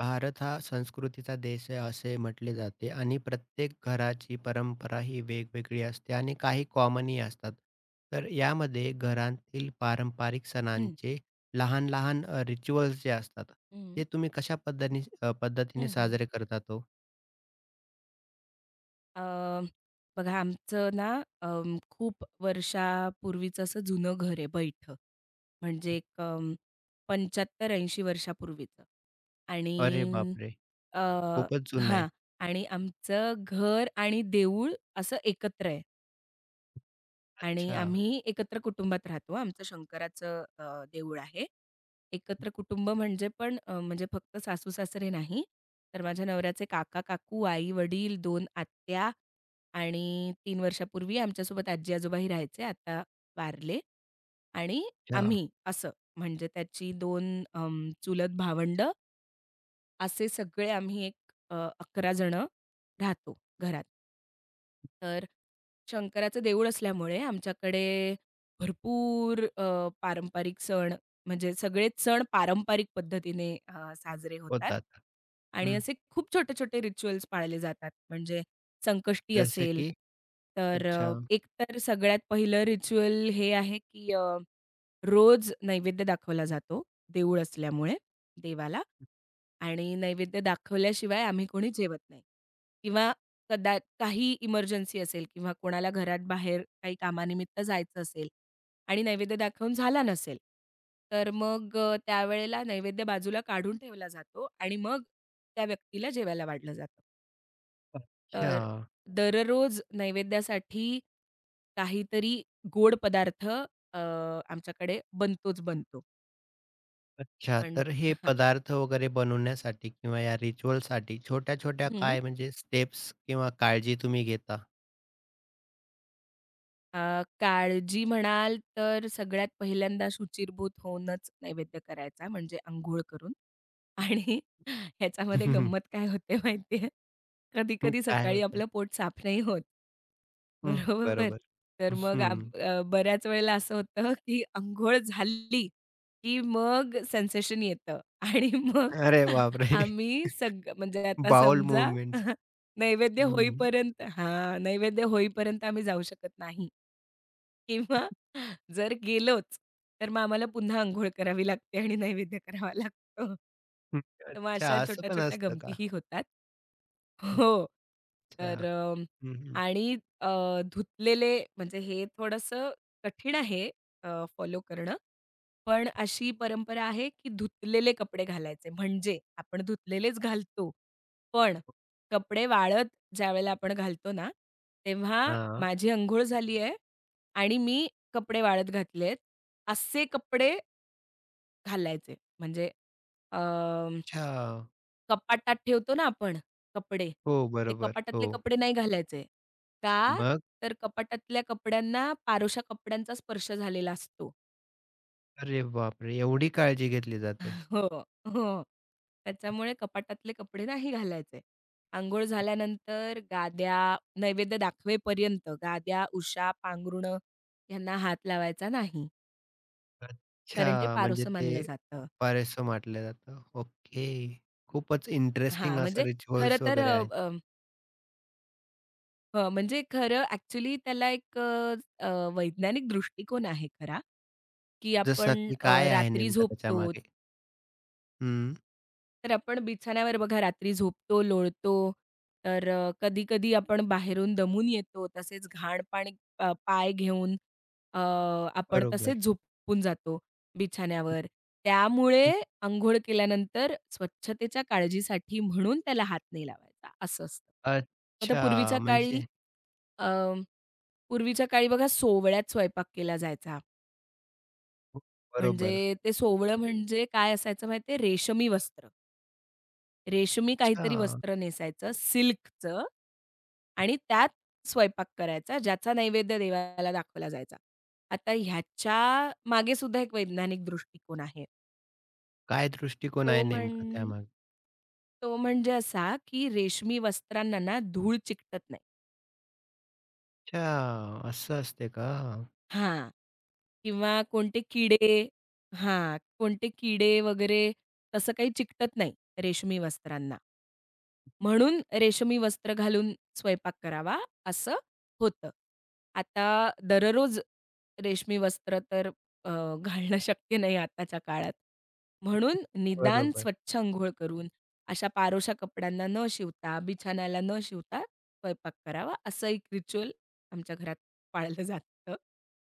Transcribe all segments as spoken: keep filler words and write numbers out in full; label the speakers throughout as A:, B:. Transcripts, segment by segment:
A: भारत हा संस्कृतीचा देश आहे असे म्हटले जाते आणि प्रत्येक घराची परंपरा ही वेगवेगळी असते आणि काही कॉमनही असतात. तर यामध्ये घरातील पारंपरिक
B: हं.
A: सणांचे लहान, लहान अ, रिच्युअल्स जे असतात,
B: हं.
A: ते तुम्ही कशा पद्धतीने अ, पद्धतीने
B: हं, हं.
A: साजरे करता तो
B: अ, बघा आमचं ना अं, खूप वर्षापूर्वीचं असं जुनं घर आहे बैठं. म्हणजे एक अं, पंच्याहत्तर ऐंशी वर्षापूर्वीचं आणि
A: अरे बापरे!
B: अ,
A: खूपच जुनं आहे.
B: हां. आणि आमचं घर आणि देऊळ असं एकत्र आहे आणि
A: अच्छा,
B: आम्ही एकत्र कुटुंबात राहतो. आमचं शंकराचं अ, देऊळ आहे. एकत्र कुटुंब म्हणजे पण अ, म्हणजे फक्त सासू-सासरे नाही, तर माझ्या नवऱ्याचे काका-काकू, आई-वडील, दोन आत्या आणि तीन वर्षापूर्वी आमच्यासोबत आजी-आजोबाही राहायचे, आता वारले आणि
A: अच्छा.
B: आम्ही असं. म्हणजे त्याची दोन अं, चुलत भावंड असे सगळे आम्ही एक अ, अकरा जणं राहतो घरात. तर शंकराचं देऊळ असल्यामुळे आमच्याकडे भरपूर अ, पारंपरिक सण म्हणजे सगळेच सण पारंपरिक पद्धतीने अ, साजरे होतात
A: होतात.
B: आणि
A: हं.
B: असे खूप छोटे-छोटे रिच्युअल्स पाळले जातात. म्हणजे संकष्टी
A: जसं
B: असेल,
A: की
B: तर
A: अच्छा.
B: अ, एक तर सगळ्यात पहिलं रिच्युअल हे आहे, की अ, रोज नैवेद्य दाखवला जातो देऊळ असल्यामुळे. देवाला आणि नैवेद्य दाखवल्याशिवाय आम्ही कोणी जेवत नाही किंवा कदा काही इमर्जन्सी असेल किंवा कोणाला घरात बाहेर काही कामानिमित्त जायचं असेल आणि नैवेद्य दाखवून झाला नसेल, तर मग अ, त्यावेळेला नैवेद्य बाजूला काढून ठेवला जातो आणि मग त्या व्यक्तीला जेवायला वाढलं जातं.
A: अच्छा.
B: तर दररोज नैवेद्यासाठी काहीतरी गोड पदार्थ अ, आमच्याकडे बनतोच बनतो.
A: अच्छा.
B: म्हण
A: तर हे
B: हां.
A: पदार्थ वगैरे बनवण्यासाठी किंवा या रिच्युअलसाठी छोट्या-छोट्या काय म्हणजे स्टेप्स किंवा काळजी तुम्ही घेता?
B: अ, काळजी म्हणाल तर सगळ्यात पहिल्यांदा शुचिर्भूत होऊनच नैवेद्य करायचा म्हणजे अंघोळ करून आणि ह्याच्यामध्ये गंमत काय होते माहिती आहे? कधी-कधी
A: काय
B: सकाळी
A: होतंय?
B: आपलं पोट साफ नाही होत.
A: हं,
B: बरोबर.
A: बरोबर.
B: तर मग आम
A: हं.
B: अ, बऱ्याच वेळेला असं होतं, की अंघोळ झाली, की मग सेन्सेशन येतं आणि मग
A: अरे बापरे!
B: आम्ही सग म्हणजे आता
A: बाउल
B: समजा
A: मूव्हमेंट्स.
B: नैवेद्य
A: हं, हं.
B: होईपर्यंत हां, नैवेद्य होईपर्यंत आम्ही जाऊ शकत नाही. किंवा जर गेलोच, तर मग आम्हाला पुन्हा अंघोळ करावी लागते आणि नैवेद्य करावा लागतो. तर मग
A: अच्छा
B: अशा
A: असं पण
B: छोट्या-छोट्या
A: असतं का?
B: गमतीही होतात. हो.
A: अच्छा.
B: तर अ,
A: हं, हं.
B: आणि अ, धुतलेले म्हणजे हे थोडंसं कठीण आहे फॉलो करणं. पण अशी परंपरा आहे, की धुतलेले कपडे घालायचे. म्हणजे आपण धुतलेलेच घालतो. पण कपडे वाळत ज्यावेळेला आपण घालतो ना, तेव्हा माझी अंघोळ झाली आहे आणि मी कपडे वाळत घातलेत. असे कपडे घालायचे. म्हणजे अ,
A: अच्छा.
B: कपाटात ठेवतो ना आपण कपडे,
A: हो,
B: ते
A: बरोबर. हो.
B: कपाटातले कपडे नाही घालायचे. का?
A: मग?
B: तर कपाटातल्या कपड्यांना पारोशा कपड्यांचा स्पर्श झालेला असतो.
A: अरे बापरे! एवढी काळजी घेतली जाते.
B: हो, हो. त्याच्यामुळे कपाटातले कपडे नाही घालायचे. अंघोळ झाल्यानंतर गाद्या, नैवेद्य दाखवेपर्यंत गाद्या, उशा, पांघरुणं यांना हात लावायचा नाही. कारण ते
A: अच्छा. म्हणजे
B: पारोसं
A: ते
B: मानलं जातं.
A: पारेसो म्हटलं जातं. ओके. खूपच
B: हां,
A: इंटरेस्टिंग असं
B: म्हणजे खरं
A: रिच्युअल्स
B: तर
A: वगैरे
B: अ,
A: आहेत.
B: अ, अ, म्हणजे खरं ॲक्चुअली त्याला एक अ, अ, वैज्ञानिक दृष्टिकोन आहे खरा, की
A: जसं
B: आपण
A: की
B: अ,
A: काय आहे
B: रात्री
A: नेमकं
B: झोपतो
A: त्याच्यामागे? हं,
B: तर आपण बिछाण्यावर बघा रात्री झोपतो, लोळतो, तर कधी-कधी आपण बाहेरून दमून येतो. तसेच घाण पाणी अ, पाय घेऊन अ, आपण
A: बरोबर.
B: तसेच झोपून जातो बिछाण्यावर.
A: हं,
B: त्यामुळे अंघोळ केल्यानंतर स्वच्छतेच्या काळजीसाठी म्हणून त्याला हात नाही लावायचा, असं असतं. आता पूर्वीच्या
A: अच्छा.
B: काळी
A: म्हणजे
B: अ, पूर्वीच्या काळी बघा सोवळ्यात स्वयंपाक केला जायचा.
A: बरोबर.
B: म्हणजे ते सोवळं म्हणजे काय असायचं माहिती रेशमी वस्त्र. रेशमी काहीतरी
A: अच्छा.
B: वस्त्र नेसायचं सिल्कचं आणि त्यात स्वयंपाक करायचा, ज्याचा नैवेद्य देवाला दाखवला जायचा. आता ह्याच्या मागे सुद्धा एक वैज्ञानिक दृष्टिकोन आहे.
A: काय दृष्टिकोन
B: तो
A: आहे
B: म्हण
A: नेमका त्यामागे?
B: तो म्हणजे असा, की रेशमी वस्त्रांना ना धूळ चिकटत नाही.
A: अच्छा. असं असते का?
B: हां. किंवा कोणते किडे हां, कोणते किडे वगैरे तसं काही चिकटत नाही रेशमी वस्त्रांना. म्हणून रेशमी वस्त्र घालून स्वयंपाक करावा असं होतं. आता दररोज रेशमी वस्त्र तर अ, घालणं शक्य नाही आताच्या काळात. म्हणून निदान
A: बरोबर.
B: स्वच्छ अंघोळ करून अशा पारोशा कपड्यांना न शिवता, बिछान्याला न शिवता स्वयंपाक करावा असं एक रिच्युअल आमच्या घरात पाळलं जातं.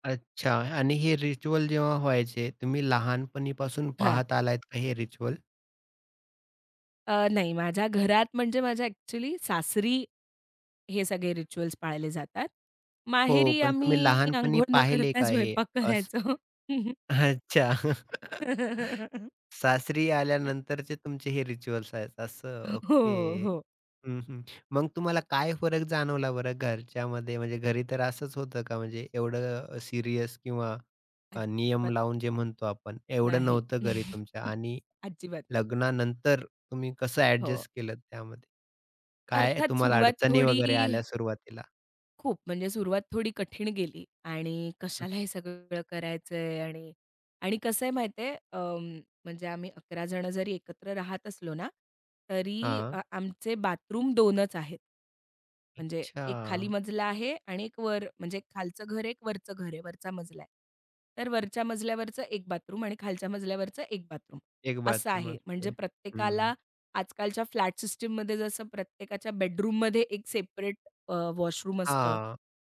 A: अच्छा. आणि हे रिच्युअल जेव्हा व्हायचे, तुम्ही लहानपणीपासून
B: हां.
A: पाहत आलात का हे रिच्युअल?
B: अ, नाही माझ्या घरात म्हणजे माझ्या ॲक्चुअली सासरी हे सगळे रिच्युअल्स पाळले जातात.
A: हो,
B: माहेरी
A: पण तुम्ही
B: आम्ही
A: लहानपणी
B: अंघोळ न
A: पाहिले
B: करता
A: का हे?
B: स्वयंपाक
A: असं
B: करायचो.
A: अच्छा. सासरी आल्यानंतरचे तुमचे हे रिच्युअल्स आहेत असं.
B: हो,
A: ओके.
B: हो.
A: हं, हं. मग तुम्हाला काय फरक जाणवला बरं घरच्यामध्ये? म्हणजे घरी तर असंच होतं का? म्हणजे एवढं सीरियस किंवा अ, नियम
B: अजिबात
A: लावून जे म्हणतो आपण, एवढं
B: नाही.
A: नव्हतं घरी तुमच्या आणि
B: अजिबात.
A: लग्नानंतर तुम्ही कसं
B: हो.
A: ॲडजस्ट केलंत त्यामध्ये? काय
B: अर्थात
A: तुम्हाला
B: सुरुवात
A: अडचणी
B: थोडी
A: वगैरे आल्या सुरुवातीला?
B: खूप म्हणजे सुरुवात थोडी कठीण गेली आणि
A: हं,
B: कशाला हे सगळं करायचंय आणि आणि कसं आहे माहिती आहे, अं, म्हणजे आम्ही अकरा जण जरी एकत्र राहत असलो ना, तरी
A: हां.
B: अ, आमचे बाथरूम दोनच आहेत. म्हणजे एक खाली
A: अच्छा.
B: मजला आहे आणि एक वर म्हणजे खालचं घर, एक वरचं घर आहे, वरचा मजला आहे. तर वरच्या मजल्यावरचं एक बाथरूम आणि खालच्या मजल्यावरचं एक बाथरूम
A: एक
B: असं
A: बाथरूम
B: आहे. म्हणजे
A: असते. हं.
B: प्रत्येकाला आजकालच्या फ्लॅट सिस्टममध्ये जसं प्रत्येकाच्या बेडरूममध्ये एक सेपरेट अ, वॉशरूम असतं.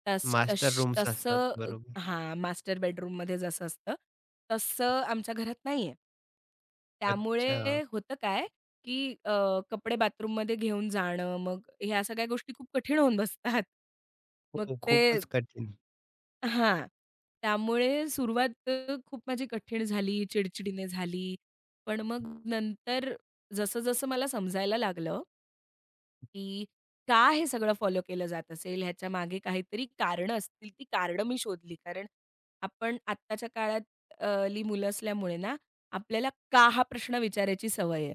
B: तस तश
A: मास्टर रूम्स
B: तसं
A: असतात.
B: अ,
A: बरोबर.
B: हां, मास्टर बेडरूममध्ये जसं असतं, तसं आमच्या घरात नाहीये.
A: अच्छा.
B: त्यामुळे होतं काय, की अ, कपडे बाथरूममध्ये घेऊन जाणं, मग ह्या सगळ्या गोष्टी खूप कठीण होऊन बसतात. मग
A: हो,
B: ते
A: खूपच कठीण.
B: हां, त्यामुळे सुरुवात अ, खूप माझी कठीण झाली, चिडचिडीने झाली. पण मग नंतर जसं-जसं मला समजायला लागलं की का हे सगळं फॉलो केलं जात असेल, ह्याच्यामागे काहीतरी कारणं असतील. ती कारणं मी शोधली. कारण आपण आत्ताच्या काळात अ, ली मुलं असल्यामुळे ना, आपल्याला का हा प्रश्न विचारायची सवय आहे,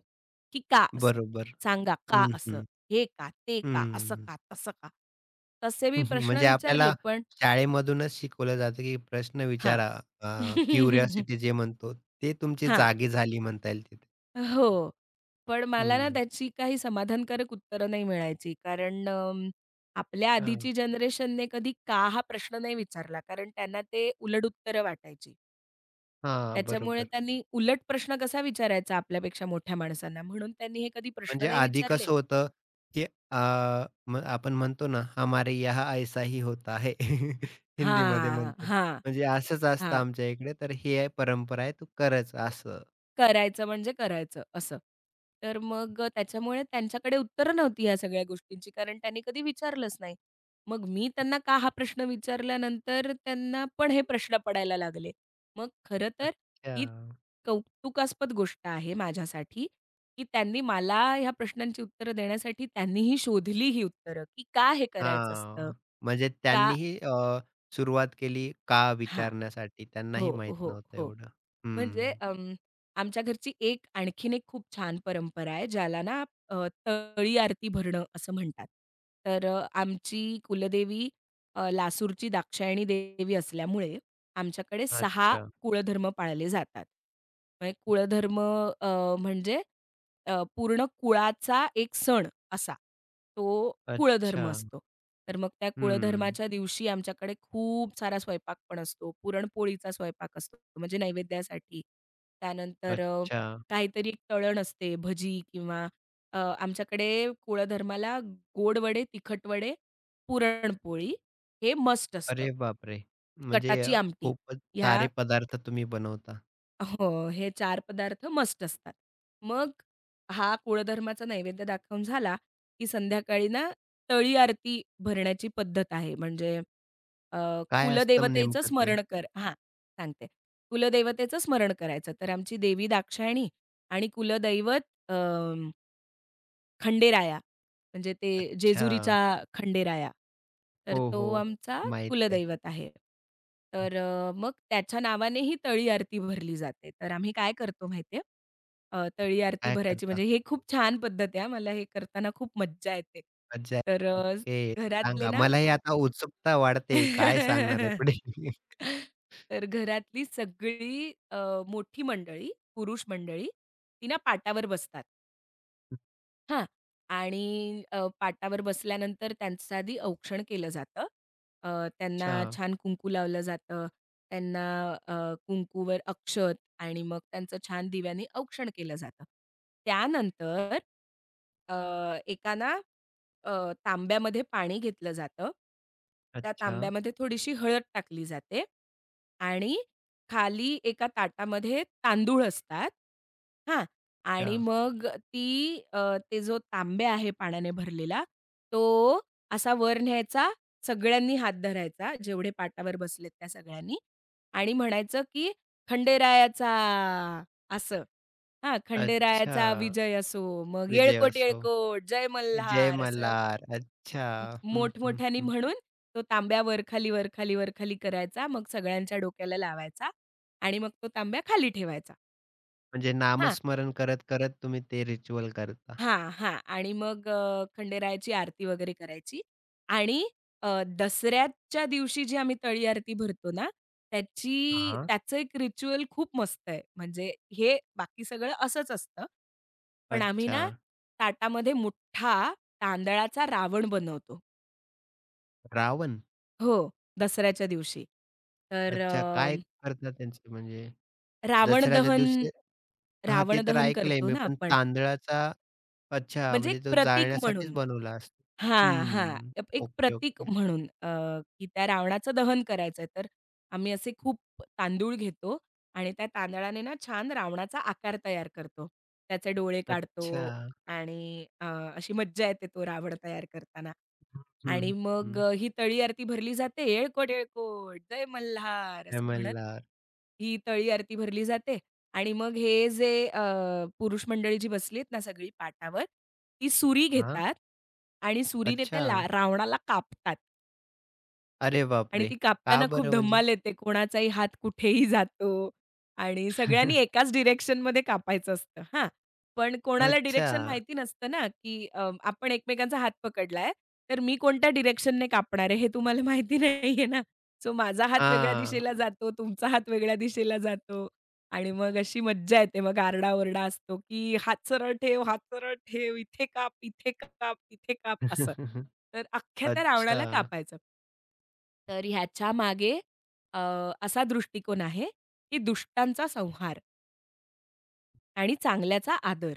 B: की "का असं?
A: बरोबर.
B: सांगा का
A: हं,
B: असं?
A: हं.
B: हे का? ते का? असं
A: हं.
B: का? तसं का?" तसे मी प्रश्न
A: म्हणजे
B: विचारले
A: आपल्याला
B: पण
A: शाळेमधूनच शिकवलं जातं, की प्रश्न
B: हां.
A: विचारा. अ, क्युरिओसिटी जे म्हणतो, ते तुमची
B: हां.
A: जागी झाली म्हणता येईल तिथे.
B: हो. पण मला ना
A: हं.
B: त्याची काही समाधानकारक उत्तरं नाही मिळायची. कारण अं, आपल्या
A: हां,
B: आधीची जनरेशनने कधी का हा प्रश्न नाही विचारला. कारण त्यांना ते उलट उत्तरं वाटायची.
A: हां,
B: त्याच्यामुळे
A: बरोबर.
B: त्यांनी उलट प्रश्न कसा विचारायचा आपल्यापेक्षा मोठ्या माणसांना म्हणून त्यांनी हे कधी प्रश्न
A: म्हणजे
B: नाही
A: आधी
B: विचारले.
A: कसं होतं, की अ, मग आपण म्हणतो ना, हमारे यहाँ ऐसा ही होता है. हिंदीमध्ये
B: हां,
A: म्हणतात.
B: हां,
A: म्हणजे असंच असतं
B: हां.
A: आमच्या इकडे, तर ही आहे परंपरा आहे, तू करच असं.
B: करायचं म्हणजे करायचं असं. तर मग अ, त्याच्यामुळे त्यांच्याकडे उत्तरं नव्हती ह्या सगळ्या गोष्टींची, कारण त्यांनी कधी विचारलंच नाही. मग मी त्यांना का हा प्रश्न विचारल्यानंतर त्यांना पण हे प्रश्न पडायला लागले. मग खरं तर
A: अच्छा.
B: ही कौतुकास्पद गोष्ट आहे माझ्यासाठी, की त्यांनी मला ह्या प्रश्नांची उत्तरं देण्यासाठी त्यांनीही शोधली ही उत्तरं, की का हे करायचं असतं?
A: हां, म्हणजे
B: का
A: त्यांनीही अ, सुरुवात केली का
B: हां.
A: विचारण्यासाठी
B: हो,
A: त्यांनाही माहीत
B: हो,
A: नव्हतं
B: हो.
A: एवढं.
B: म्हणजे
A: हं.
B: अं, आमच्या घरची एक आणखीन एक खूप छान परंपरा आहे ज्याला ना अ, तळी आरती भरणं असं म्हणतात. तर अ, आमची कुलदेवी अ, लासूरची दाक्षायणी देवी असल्यामुळे आमच्याकडे सहा
A: अच्छा,
B: कुळधर्म पाळले जातात. म्हणजे कुळधर्म अ, म्हणजे अ, पूर्ण कुळाचा एक सण असा. तो कुळधर्म
A: अच्छा.
B: असतो. तर मग त्या
A: हं.
B: कुळधर्माच्या दिवशी आमच्याकडे खूप सारा स्वयंपाक पण असतो. पुरणपोळीचा स्वयंपाक असतो म्हणजे नैवेद्यासाठी. त्यानंतर अ,
A: अच्छा.
B: काहीतरी एक तळण असते, भजी किंवा अ, आमच्याकडे कुळधर्माला गोड वडे, तिखट वडे, पुरणपोळी हे मस्ट असतं.
A: अरे बापरे! म्हणजे
B: कटाची
A: अ,
B: आमटी
A: खूपच
B: ह्या
A: सारे पदार्थ तुम्ही बनवता.
B: हो, हे चार पदार्थ मस्ट असतात. मग हा कुळधर्माचा नैवेद्य दाखवून झाला, की संध्याकाळी ना तळी आरती भरण्याची पद्धत आहे. म्हणजे अ,
A: काय असतं
B: कुलदेवतेचं
A: नेमकं ते?
B: स्मरण कर हां, सांगते. कुलदेवतेचं स्मरण करायचं. तर आमची देवी दाक्षायणी आणि कुलदैवत खंडेराया, म्हणजे ते
A: अच्छा.
B: जेजुरीचा खंडेराया. तर
A: हो,
B: तो
A: हो.
B: आमचा
A: माहित आहे.
B: कुलदैवत आहे. तर अ, मग त्याच्या नावाने ही तळी आरती भरली जाते. तर आम्ही काय करतो माहिती आहे? अ, तळी आरती
A: काय
B: भरायची
A: करता?
B: म्हणजे हे खूप छान पद्धत आहे हां. मला हे करताना खूप मज्जा येते.
A: मज्जा
B: तर
A: आहे.
B: Uh,
A: okay.
B: घरातले
A: सांगा.
B: ना
A: मलाही आता उत्सुकता वाढते. काय सांगणार आहे पुढे?
B: तर घरातली सगळी अ, मोठी मंडळी, पुरुष मंडळी, ती ना पाटावर बसतात. हां. आणि अ, पाटावर बसल्यानंतर त्यांचं आधी औक्षण केलं जातं. अ, त्यांना
A: अच्छा,
B: छान कुंकू लावलं जातं. त्यांना अ, कुंकूवर अक्षत आणि मग त्यांचं छान दिव्याने औक्षण केलं जातं. त्यानंतर अ, एका ना अ, तांब्यामध्ये पाणी घेतलं जातं. त्या
A: अच्छा,
B: तांब्यामध्ये थोडीशी हळद टाकली जाते आणि खाली एका ताटामध्ये तांदूळ असतात. हां,
A: अच्छा.
B: आणि मग ती अ, ते जो तांब्या आहे पाण्याने भरलेला, तो असा वर न्यायचा, सगळ्यांनी हात धरायचा, जेवढे पाटावर बसलेत त्या सगळ्यांनी आणि म्हणायचं, की "खंडेरायाचा" असं. हां, "खंडेरायाचा
A: अच्छा.
B: विजय असो." मग
A: विजय
B: "येळकोट,
A: असो.
B: येळकोट, जय
A: जय
B: मल्हार" असं
A: मल्हार. अच्छा.
B: म
A: हं, हं,
B: मोठमोठ्याने
A: हं.
B: म्हणून तो तांब्या वर-खाली, वर करायचा. मग सगळ्यांच्या डोक्याला लावायचा आणि मग तो तांब्या खाली ठेवायचा.
A: म्हणजे
B: हां.
A: नामस्मरण करत-करत तुम्ही ते रिच्युअल करता.
B: हां, हां. आणि मग अ, खंडेरायाची आरती वगैरे करायची आणि अ, दसऱ्याच्या दिवशी जी आम्ही तळी आरती भरतो ना, त्याची
A: हां.
B: त्याचं एक रिच्युअल खूप मस्त आहे. म्हणजे हे बाकी सगळं असंच असतं. पण आम्ही
A: अच्छा.
B: ना ताटामध्ये मोठा तांदळाचा रावण बनवतो.
A: रावण?
B: हो, दसऱ्याच्या दिवशी. तर
A: अच्छा. काय
B: अ,
A: करतात त्यांचे म्हणजे
B: रावण
A: दसऱ्याच्या
B: दहन
A: दिवशी हां,
B: रावण
A: ते तर
B: दहन
A: ऐकलंय
B: करतो
A: मी
B: ना
A: पण
B: आपण.
A: तांदळाचा अच्छा
B: म्हणजे एक
A: म्हणजे तो
B: प्रतीक
A: जाळण्यासाठीच
B: म्हणून.
A: बनवला असतो.
B: हां, हां.
A: हं.
B: अप एक
A: ओके,
B: प्रतीक
A: ओके.
B: म्हणून अ, की त्या रावणाचं दहन करायचंय, तर आम्ही असे खूप तांदूळ घेतो आणि त्या तांदळाने ना छान रावणाचा आकार तयार करतो. त्याचे डोळे काढतो
A: अच्छा.
B: आणि अ, अशी मज्जा येते तो रावण तयार करताना.
A: हं,
B: आणि
A: हं,
B: मग अ, ही तळी आरती भरली जाते, "येळकोट, येळकोट, जय मल्हार"
A: जय
B: असं म्हणत
A: मल्हार.
B: ही तळी आरती भरली जाते आणि मग हे जे अ, पुरुष मंडळी जी बसली आहेत ना सगळी पाटावर, ती सुरी
A: हां.
B: घेतात आणि सुरीने त्या
A: अच्छा.
B: ला रावणाला कापतात.
A: अरे
B: आणि
A: बापरे!
B: ती
A: का
B: कापताना खूप
A: बरं म्हणजे?
B: धमाल येते. कोणाचाही हात कुठेही जातो आणि सगळ्यांनी एकाच डिरेक्शनमध्ये कापायचं असतं. हां. पण कोणाला
A: अच्छा.
B: डिरेक्शन माहिती नसतं ना, की अ, आपण एकमेकांचा हात पकडलाय, तर मी कोणत्या डिरेक्शनने कापणार आहे हे तुम्हाला माहिती नाहीये ना. सो माझा हात वेगळ्या
A: हां.
B: दिशेला जातो, तुमचा हात वेगळ्या दिशेला जातो आणि मग अशी मज्जा येते. मग आरडा असतो, की "हात सरळ ठेव, हात सरळ ठेव, इथे काप, इथे काप, तिथे काप" असं. तर अख्ख्या त्या
A: अच्छा
B: रावणाला कापायचं. तर ह्याच्यामागे अ, असा दृष्टिकोन आहे, की दुष्टांचा संहार आणि चांगल्याचा आदर.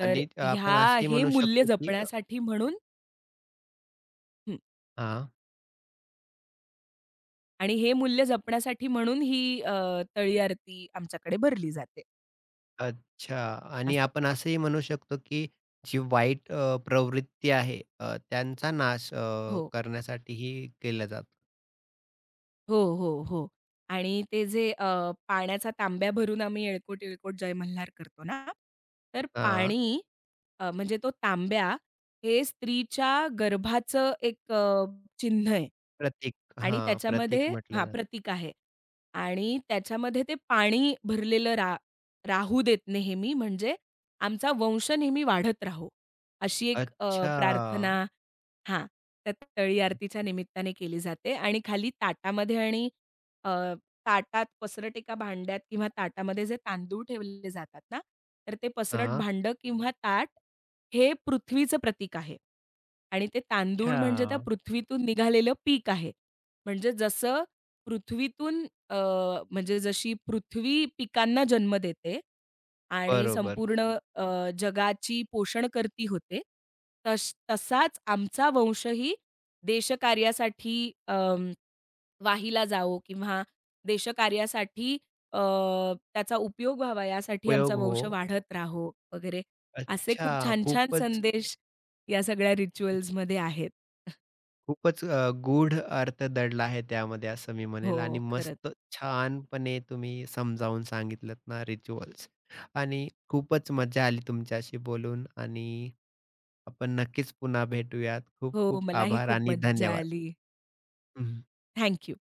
B: तर
A: आणि आपण
B: ह्या
A: असंही
B: हे
A: म्हणू
B: मूल्य
A: शकतो, की
B: जपण्यासाठी म्हणून हं.
A: हां.
B: आणि हे मूल्य जपण्यासाठी म्हणून ही अ, तळी आरती आमच्याकडे भरली जाते
A: अच्छा आणि
B: असं.
A: आपण असंही म्हणू शकतो, की जी वाईट अ, प्रवृत्ती आहे अ, त्यांचा नाश अ,
B: हो.
A: करण्यासाठीही केलं जातं.
B: हो, हो, हो. आणि ते जे अ, पाण्याचा तांब्या भरून आम्ही "येळकोट, येळकोट जय मल्हार" करतो ना, तर
A: हां,
B: पाणी अ, म्हणजे तो तांब्या हे स्त्रीच्या गर्भाचं एक अ, चिन्ह आहे.
A: प्रतीक
B: आणि
A: हां,
B: त्याच्यामध्ये
A: प्रतीक म्हटलं
B: हां,
A: जातं.
B: प्रतीक आहे आणि त्याच्यामध्ये ते पाणी भरलेलं रा राहू देत नेहमी, म्हणजे आमचा वंश नेहमी वाढत राहो, अशी एक अ,
A: अच्छा.
B: प्रार्थना हां, त्या तळी आरतीच्या निमित्ताने केली जाते आणि खाली ताटामध्ये आणि अ, ताटात पसरट एका भांड्यात किंवा ताटामध्ये जे तांदूळ ठेवलेले जातात ना, तर ते पसरट
A: हां.
B: भांडं किंवा ताट हे पृथ्वीचं प्रतीक आहे आणि ते तांदूळ म्हणजे त्या
A: अच्छा.
B: पृथ्वीतून निघालेलं पीक आहे. म्हणजे जसं पृथ्वीतून अ, म्हणजे जशी पृथ्वी पिकांना जन्म देते आणि
A: बरोबर.
B: संपूर्ण अ, जगाची पोषण करती होते, तश तसाच आमचा वंशही देशकार्यासाठी अं, वाहिला जावो किंवा देशकार्यासाठी अ, त्याचा उपयोग व्हावा यासाठी आमचा
A: उपयोग हो.
B: वंश वाढत राहो वगैरे असे
A: अच्छा
B: खूप छान-छान
A: खूपच
B: संदेश या सगळ्या रिच्युअल्समध्ये आहेत.
A: खूपच अ, गूढ अर्थ दडला आहे त्यामध्ये असं मी
B: हो,
A: म्हणेल आणि
B: खरंच.
A: मस्त छानपणे तुम्ही समजावून सांगितलत ना रिच्युअल्स आणि खूपच मजा आली तुमच्याशी बोलून आणि आपण नक्कीच पुन्हा भेटूयात. खूप
B: हो,
A: खूप
B: मलाही
A: आभार
B: खूप
A: आणि
B: मज्जा
A: धन्यवाद.
B: आली. थँक